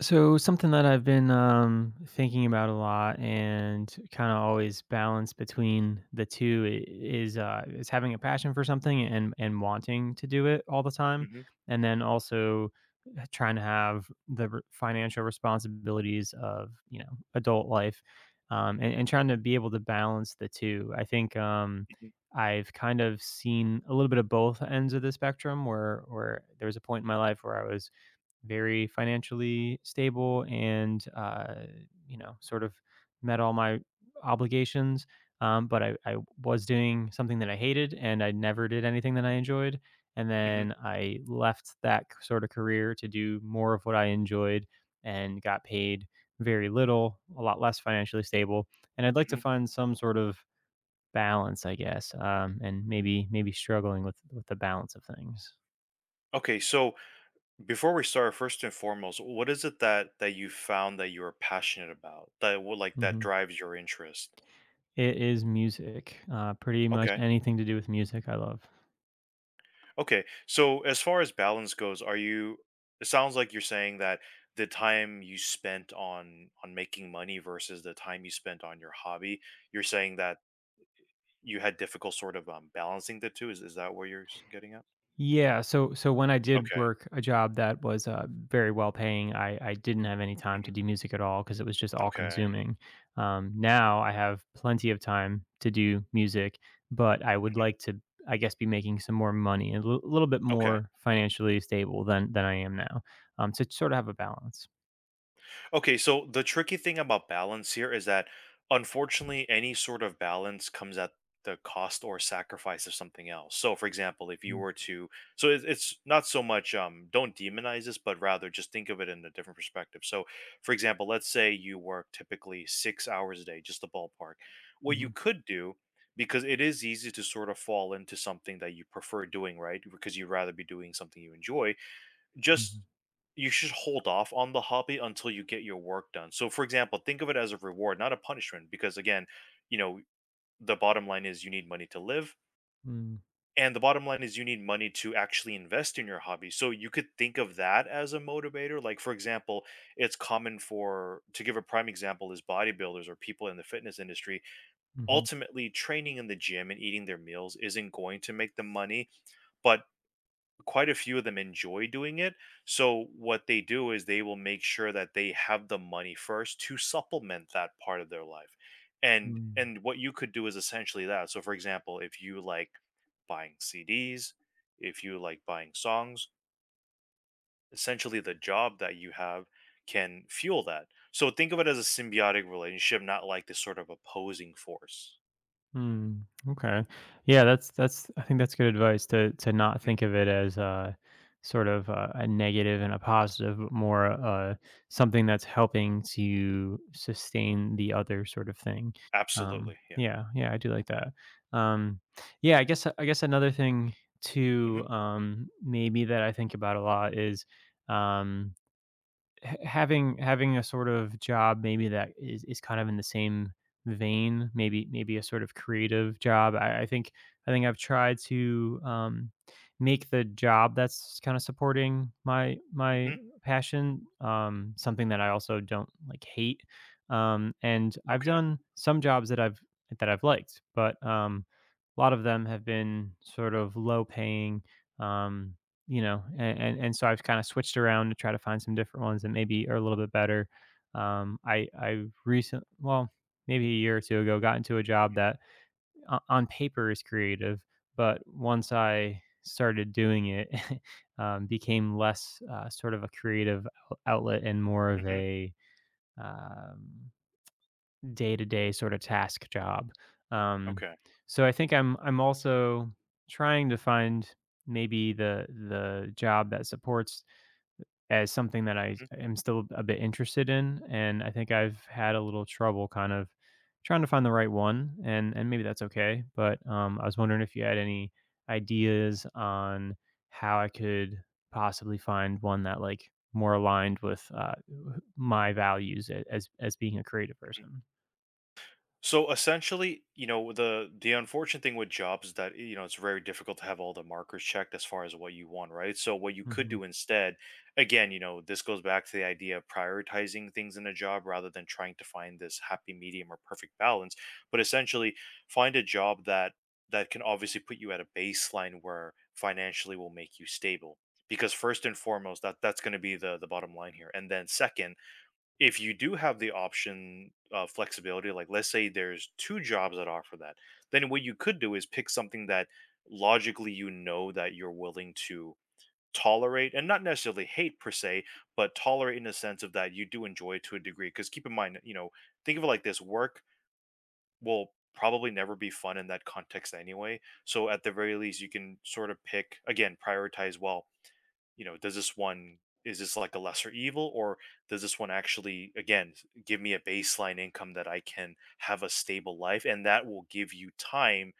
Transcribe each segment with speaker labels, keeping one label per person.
Speaker 1: So something that I've been thinking about a lot and kind of always balance between the two is having a passion for something and wanting to do it all the time,
Speaker 2: Mhm,
Speaker 1: and then also trying to have the financial responsibilities of you know adult life, and trying to be able to balance the two. I think
Speaker 2: mhm,
Speaker 1: I've kind of seen a little bit of both ends of the spectrum where there was a point in my life where I was very financially stable and you know, sort of met all my obligations, but I was doing something that I hated, and I never did anything that I enjoyed. And
Speaker 2: mhm,
Speaker 1: then I left that sort of career to do more of what I enjoyed and got paid very little, a lot less financially stable. And I'd like to
Speaker 2: mhm.
Speaker 1: find some sort of balance, I guess, and maybe struggling with the balance of things.
Speaker 2: Okay, so before we start, first and foremost, what is it that you found that you're passionate about that will like that
Speaker 1: Hmm.
Speaker 2: drives your interest?
Speaker 1: It is music. Pretty much
Speaker 2: Okay,
Speaker 1: anything to do with music I love.
Speaker 2: okay. So as far as balance goes, are you? It sounds like you're saying that the time you spent on making money versus the time you spent on your hobby, you're saying that you had difficult sort of balancing the two. Is that what you're getting at?
Speaker 1: Yeah, so when I did
Speaker 2: Okay,
Speaker 1: work a job that was, very well paying, I didn't have any time to
Speaker 2: mhm,
Speaker 1: do music at all because it was just all
Speaker 2: okay,
Speaker 1: consuming. Now I have plenty of time to do music, but I would like to, I guess, be making some more money and a little bit
Speaker 2: okay.
Speaker 1: more financially stable than I am now, to sort of have a balance.
Speaker 2: Okay, so the tricky thing about balance here is that unfortunately, any sort of balance comes at the cost or sacrifice of something else. So, for example, if you
Speaker 1: Mm,
Speaker 2: were to, so it's not so much, don't demonize this, but rather just think of it in a different perspective. So, for example, let's say you work typically six hours a day, just the ballpark. What you
Speaker 1: mhm,
Speaker 2: could do, because it is easy to sort of fall into something that you prefer doing, right? Because you'd rather be doing something you enjoy just
Speaker 1: mhm,
Speaker 2: you should hold off on the hobby until you get your work done. So, for example, think of it as a reward, not a punishment, because again, you know, the bottom line is you need money to live.
Speaker 1: mm,
Speaker 2: And the bottom line is you need money to actually invest in your hobby. So you could think of that as a motivator. Like, for example, it's common for, to give a prime example, is bodybuilders or people in the fitness industry.
Speaker 1: mhm,
Speaker 2: Ultimately, training in the gym and eating their meals isn't going to make them money, but quite a few of them enjoy doing it. So what they do is they will make sure that they have the money first to supplement that part of their life. And
Speaker 1: mm.
Speaker 2: and what you could do is essentially that. So for example, if you like buying CDs, if you like buying songs, essentially the job that you have can fuel that. So think of it as a symbiotic relationship, not like this sort of opposing force.
Speaker 1: Hmm, okay. Yeah, that's I think that's good advice to not
Speaker 2: Mhm.
Speaker 1: think of it as a sort of a negative and a positive, but more something that's helping to sustain the other sort of thing. Um,
Speaker 2: Absolutely. Yeah.
Speaker 1: yeah, yeah, I do like that. Um, yeah, I guess another thing too,
Speaker 2: Hmm.
Speaker 1: um, maybe that I think about a lot is, um, having a sort of job maybe that is kind of in the same vein, maybe a sort of creative job. I think I've tried to, make the job that's kind of supporting my
Speaker 2: Hmm.
Speaker 1: passion, something that I also don't like hate, and I've
Speaker 2: Okay.
Speaker 1: done some jobs that I've that I've liked, but, a lot of them have been sort of low paying, um, you know, a and so I've kinda switched around to try to find some different ones that maybe are a little bit better. I recent well, maybe a year or 2 ago, got into a job that o on paper is creative, but once I started doing it, became less, sort of a creative ou outlet, and more
Speaker 2: Hmm.
Speaker 1: of
Speaker 2: Hmm.
Speaker 1: a, um, day-to-day sorta task job. Um,
Speaker 2: Okay.
Speaker 1: so I think I'm also trying to find maybe the job that supports as something that I
Speaker 2: Hmm.
Speaker 1: am still a bit interested in, and I think I've had a little trouble kind of trying to find the right one, and maybe that's okay. But, I was wondering if you had any ideas on how I could possibly find one that, like, more aligned with, my values, as being a creative person.
Speaker 2: So essentially, you know, the unfortunate thing with jobs is that you know it's very difficult to have all the markers checked as far as what you want, right? So what you could
Speaker 1: Mm-hmm.
Speaker 2: do instead, again, you know, this goes back to the idea of prioritizing things in a job rather than trying to find this happy medium or perfect balance, but essentially find a job that that can obviously put you at a baseline where financially will make you stable. Because first and foremost, that's going to be the bottom line here. And then second, if you do have the option of flexibility, like let's say there's two jobs that offer that, then what you could do is pick something that logically you know that you're willing to tolerate and not necessarily hate per se, but tolerate in the sense of that you do enjoy it to a degree. Because keep in mind, you know, think of it like this work will probably never be fun in that context anyway. So at the very least, you can sort of pick again, prioritize well you know, does this one is this like a lesser evil or does this one actually again give me a baseline income that I can have a stable life and that will give you time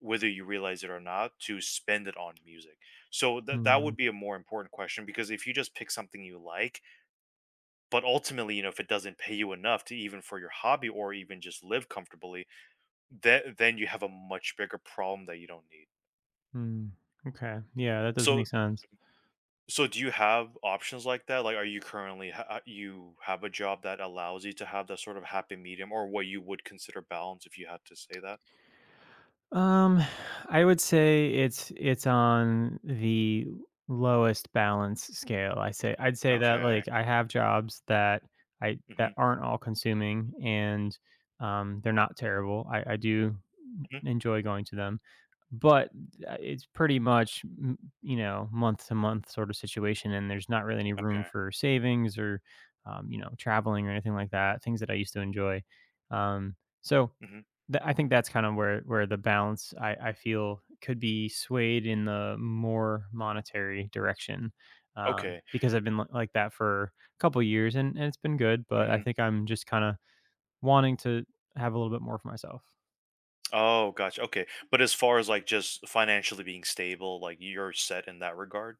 Speaker 2: whether you realize it or not to spend it on music. So that
Speaker 1: Hmm.
Speaker 2: that
Speaker 1: Mm,
Speaker 2: would be a more important question because if you just pick something you like but ultimately, you know, if it doesn't pay you enough to even for your hobby or even just live comfortably, that then you have a much bigger problem that you don't need.
Speaker 1: mm. Okay. Yeah, that does
Speaker 2: So
Speaker 1: make sense.
Speaker 2: So do you have options like that? Like, are you currently you have a job that allows you to have that sort of happy medium, or what you would consider balance, if you had to say that?
Speaker 1: Um, I would say it's on the lowest balance scale. I say I'd say that,
Speaker 2: Okay.
Speaker 1: like, I have jobs that I that
Speaker 2: Hmm.
Speaker 1: aren't all consuming, and, um, they're not terrible. I do
Speaker 2: Hmm.
Speaker 1: enjoy going to them. But, it's pretty much, you know, month to month sort of situation, and there's not really any room
Speaker 2: Okay.
Speaker 1: for savings or, you know, traveling or anything like that. Things that I used to enjoy. Um, so
Speaker 2: Hmm.
Speaker 1: I think that's kind of where the balance, I feel, could be swayed in the more monetary direction,
Speaker 2: Okay.
Speaker 1: because I've been like that for a couple years, and it's been good. But I
Speaker 2: Hmm.
Speaker 1: think I'm just kind of wanting to have a little bit more for myself.
Speaker 2: Oh, gotcha. Okay. But as far as like just financially being stable, like you're set in that regard.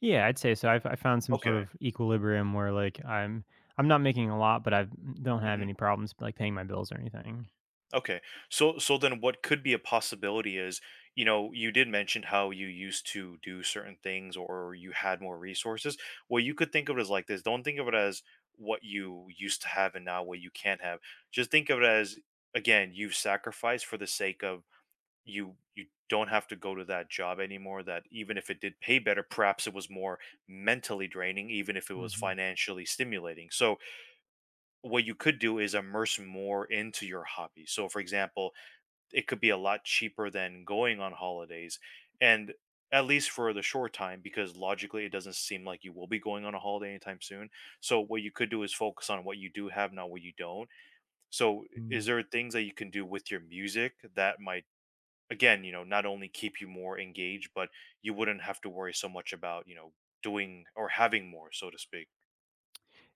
Speaker 1: Yeah, I'd say so. I found some sort
Speaker 2: Okay.
Speaker 1: of equilibrium where, like, I'm not making a lot, but I don't have any
Speaker 2: Hmm.
Speaker 1: problems, like, paying my bills or anything.
Speaker 2: Okay. So so then what could be a possibility is, you know, you did mention how you used to do certain things or you had more resources. Well, you could think of it as like this. Don't think of it as what you used to have and now what you can't have. Just think of it as again, you've sacrificed for the sake of you you don't have to go to that job anymore that even if it did pay better, perhaps it was more mentally draining even if it was
Speaker 1: Mhm.
Speaker 2: financially stimulating. So what you could do is immerse more into your hobby. So for example, it could be a lot cheaper than going on holidays and at least for the short time because logically it doesn't seem like you will be going on a holiday anytime soon so what you could do is focus on what you do have not what you don't so is there things that you can do with your music that might again you know not only keep you more engaged but you wouldn't have to worry so much about you know doing or having more so to speak.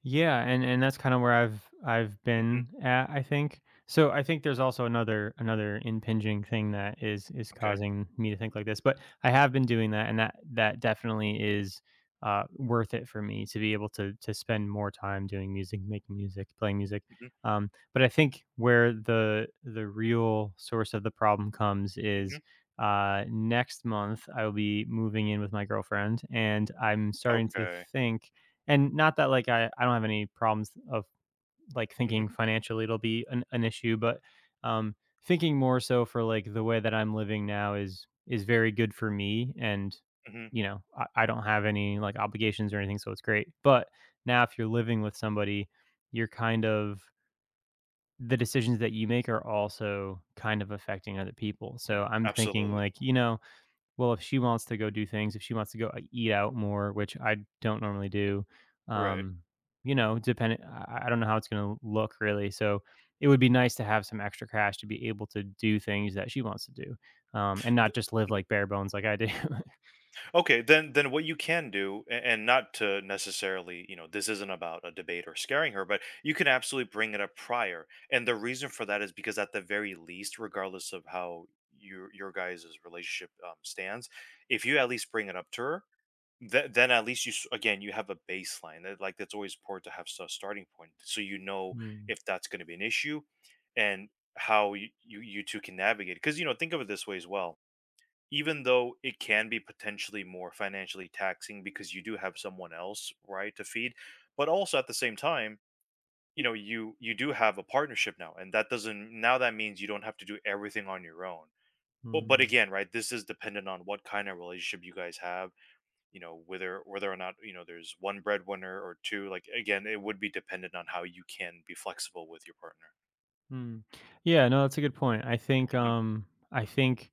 Speaker 1: Yeah, and that's kind of where I've been
Speaker 2: Hmm.
Speaker 1: at, I think. So I think there's also another impinging thing that is
Speaker 2: Okay.
Speaker 1: causing me to think like this, but I have been doing that, and that definitely is, worth it for me to be able to spend more time doing music, making music, playing music.
Speaker 2: Hmm.
Speaker 1: But I think where the real source of the problem comes is,
Speaker 2: Hmm.
Speaker 1: next month I will be moving in with my girlfriend, and I'm starting to
Speaker 2: Okay.
Speaker 1: think, and not that like, I don't have any problems of like
Speaker 2: Hmm.
Speaker 1: thinking financially it'll be an issue, but, um, thinking more so for like the way that I'm living now is very good for me, and,
Speaker 2: Hmm.
Speaker 1: you know, I don't have any like obligations or anything, so it's great. But now if you're living with somebody, you're kind of, the decisions that you make are also kind of affecting other people, so
Speaker 2: Hmm.
Speaker 1: I'm thinking,
Speaker 2: Absolutely.
Speaker 1: like, you know, well, if she wants to go do things, if she wants to go, eat out more, which I don't normally do, um, you know, depending, I don't know how it's gonna look really, so it would be nice to have some extra cash to be able to do things that she wants to do, and not just live,
Speaker 2: Right.
Speaker 1: like, bare bones like I do.
Speaker 2: Okay, then what you can do, and not to necessarily, you know, this isn't about a debate or scaring her, but you can absolutely bring it up prior. And the reason for that is because at the very least, regardless of how your guys' relationship stands, if you at least bring it up to her, then at least you again you have a baseline. That, like that's always important to have a starting point, so you know
Speaker 1: Mm,
Speaker 2: if that's going to be an issue, and how you two can navigate. Because you know, think of it this way as well even though it can be potentially more financially taxing because you do have someone else right to feed but also at the same time you know you do have a partnership now and that doesn't now that means you don't have to do everything on your own but
Speaker 1: mm,
Speaker 2: again right this is dependent on what kind of relationship you guys have you know whether or not you know there's one breadwinner or two like again it would be dependent on how you can be flexible with your partner.
Speaker 1: mm. Yeah, no, that's a good point.
Speaker 2: Hmm.
Speaker 1: I think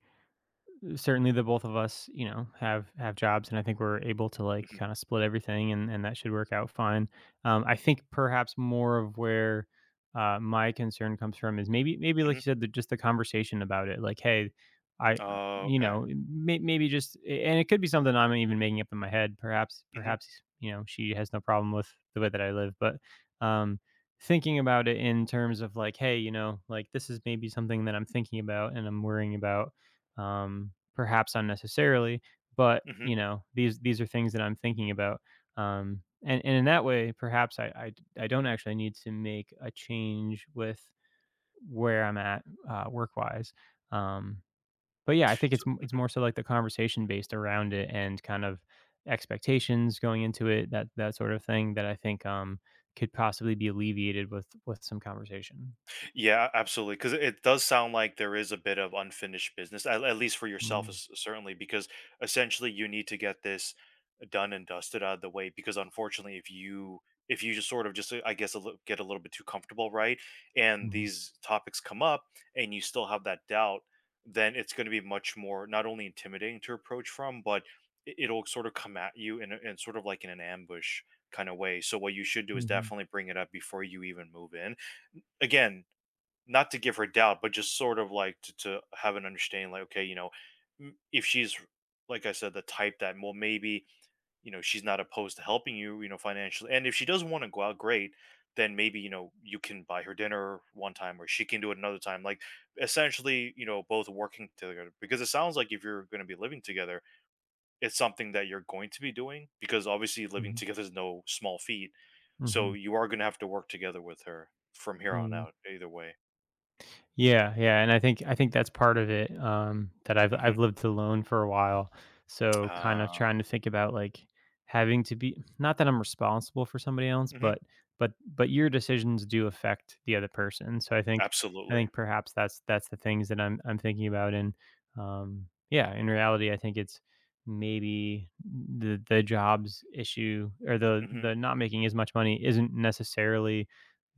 Speaker 1: certainly the both of us, you know, have jobs, and I think we're able to, like,
Speaker 2: Hmm.
Speaker 1: kind of split everything, and that should work out fine. I think perhaps more of where, my concern comes from is maybe like
Speaker 2: Hmm.
Speaker 1: you said, the, just the conversation about it, like, hey, I
Speaker 2: Oh,
Speaker 1: you
Speaker 2: okay.
Speaker 1: know, maybe just, and it could be something I'm even making up in my head, perhaps
Speaker 2: Hmm.
Speaker 1: perhaps you know, she has no problem with the way that I live, but, um, thinking about it in terms of like, hey, you know, like, this is maybe something that I'm thinking about and I'm worrying about, perhaps unnecessarily. But you know, these are things that I'm thinking about, and in that way, perhaps I don't actually need to make a change with where I'm at, work wise. Um, but yeah, I think it's more
Speaker 2: Hmm.
Speaker 1: so like the conversation based around it, and kind of expectations going into it, that that sort of thing, that I think, could possibly be alleviated with some conversation.
Speaker 2: Yeah, absolutely. Because it does sound like there is a bit of unfinished business, at least for yourself,
Speaker 1: Mm-hmm.
Speaker 2: is certainly, because essentially you need to get this done and dusted out of the way. Because unfortunately, if you just sort of just I guess a little, get a little bit too comfortable, right, and
Speaker 1: Mm-hmm.
Speaker 2: these topics come up, and you still have that doubt, then it's going to be much more not only intimidating to approach from, but it'll sort of come at you in, a, in sort of like in an ambush kind of way. So what you should do is
Speaker 1: Mm-hmm.
Speaker 2: definitely bring it up before you even move in again not to give her doubt, but just sort of like to have an understanding, like, okay, you know, if she's, like I said, the type that, well, maybe, you know, she's not opposed to helping you, you know, financially. And if she doesn't want to go out, great. Then maybe, you know, you can buy her dinner one time or she can do it another time. Like essentially, you know, both working together because it sounds like if you're going to be living together, it's something that you're going to be doing because obviously living together is no small feat. So you are going to have to work together with her from here on
Speaker 1: Mm-hmm.
Speaker 2: out, either way.
Speaker 1: Yeah, yeah, and I think that's part of it. Um, that I've
Speaker 2: Mhm.
Speaker 1: I've lived alone for a while, so kind of
Speaker 2: Uh,
Speaker 1: trying to think about, like, having to be, not that I'm responsible for somebody else,
Speaker 2: mhm,
Speaker 1: but your decisions do affect the other person, so I think
Speaker 2: absolutely,
Speaker 1: perhaps that's the things that I'm thinking about. And, yeah, in reality, I think it's maybe the jobs issue, or the
Speaker 2: mhm.
Speaker 1: not making as much money isn't necessarily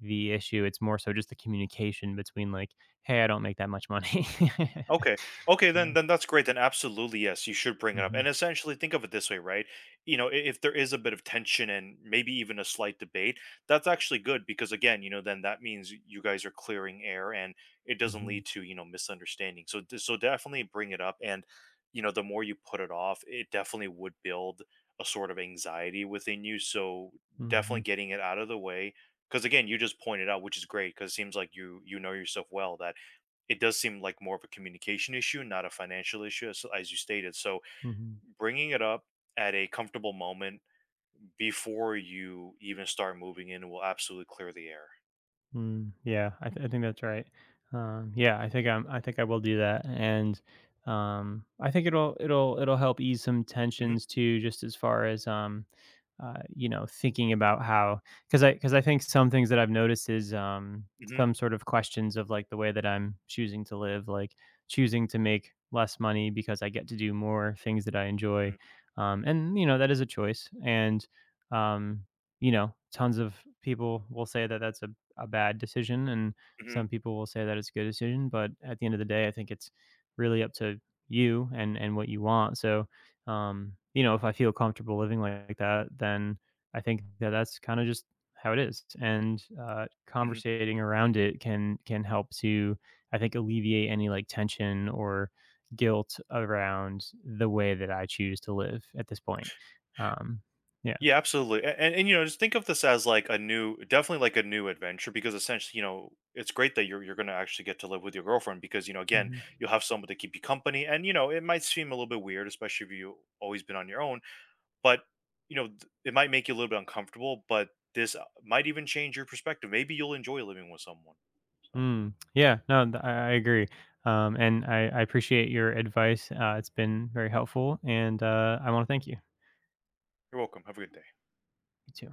Speaker 1: the issue. It's more so just the communication between, like, hey, I don't make that much money.
Speaker 2: Okay. Okay,
Speaker 1: Yeah.
Speaker 2: then that's great. Then absolutely, yes, you should bring it up.
Speaker 1: Mhm,
Speaker 2: And essentially think of it this way, right? You know, if there is a bit of tension and maybe even a slight debate, that's actually good because again, you know, then that means you guys are clearing air and it doesn't
Speaker 1: mhm,
Speaker 2: lead to, you know, misunderstanding. So so definitely bring it up and you know, the more you put it off, it definitely would build a sort of anxiety within you. So
Speaker 1: mhm,
Speaker 2: definitely getting it out of the way because again, you just pointed out, which is great because it seems like you know yourself well that it does seem like more of a communication issue, not a financial issue, as you stated. So,
Speaker 1: mhm,
Speaker 2: bringing it up at a comfortable moment before you even start moving in will absolutely clear the air.
Speaker 1: mm, yeah, I th I think that's right. Yeah, I think I think I will do that. And, I think it'll help ease some
Speaker 2: Hmm.
Speaker 1: tensions too, just as far as, you know, thinking about how, because I think some things that I've noticed is,
Speaker 2: Hmm.
Speaker 1: some sort of questions of, like, the way that I'm choosing to live, like choosing to make less money because I get to do more things that I enjoy, and, you know, that is a choice. And, um, you know, tons of people will say that that's a bad decision, and
Speaker 2: Hmm.
Speaker 1: some people will say that it's a good decision. But at the end of the day, I think it's really up to you and what you want. So, you know, if I feel comfortable living like that, then I think that that's kind of just how it is. And,
Speaker 2: Hmm.
Speaker 1: conversating around it can help to, I think, alleviate any like tension or guilt around the way that I choose to live at this point. Um, yeah.
Speaker 2: Yeah, absolutely. And you know, just think of this as like a new, definitely like a new adventure because essentially, you know, it's great that you're going to actually get to live with your girlfriend because you know, again,
Speaker 1: Mhm.
Speaker 2: you'll have someone to keep you company, and you know, it might seem a little bit weird, especially if you've always been on your own. But, you know, it might make you a little bit uncomfortable, but this might even change your perspective. Maybe you'll enjoy living with someone. So
Speaker 1: Mm, yeah. No, I agree. And I appreciate your advice. It's been very helpful, and, I want to thank you.
Speaker 2: you're welcome. Have a good day.
Speaker 1: You too.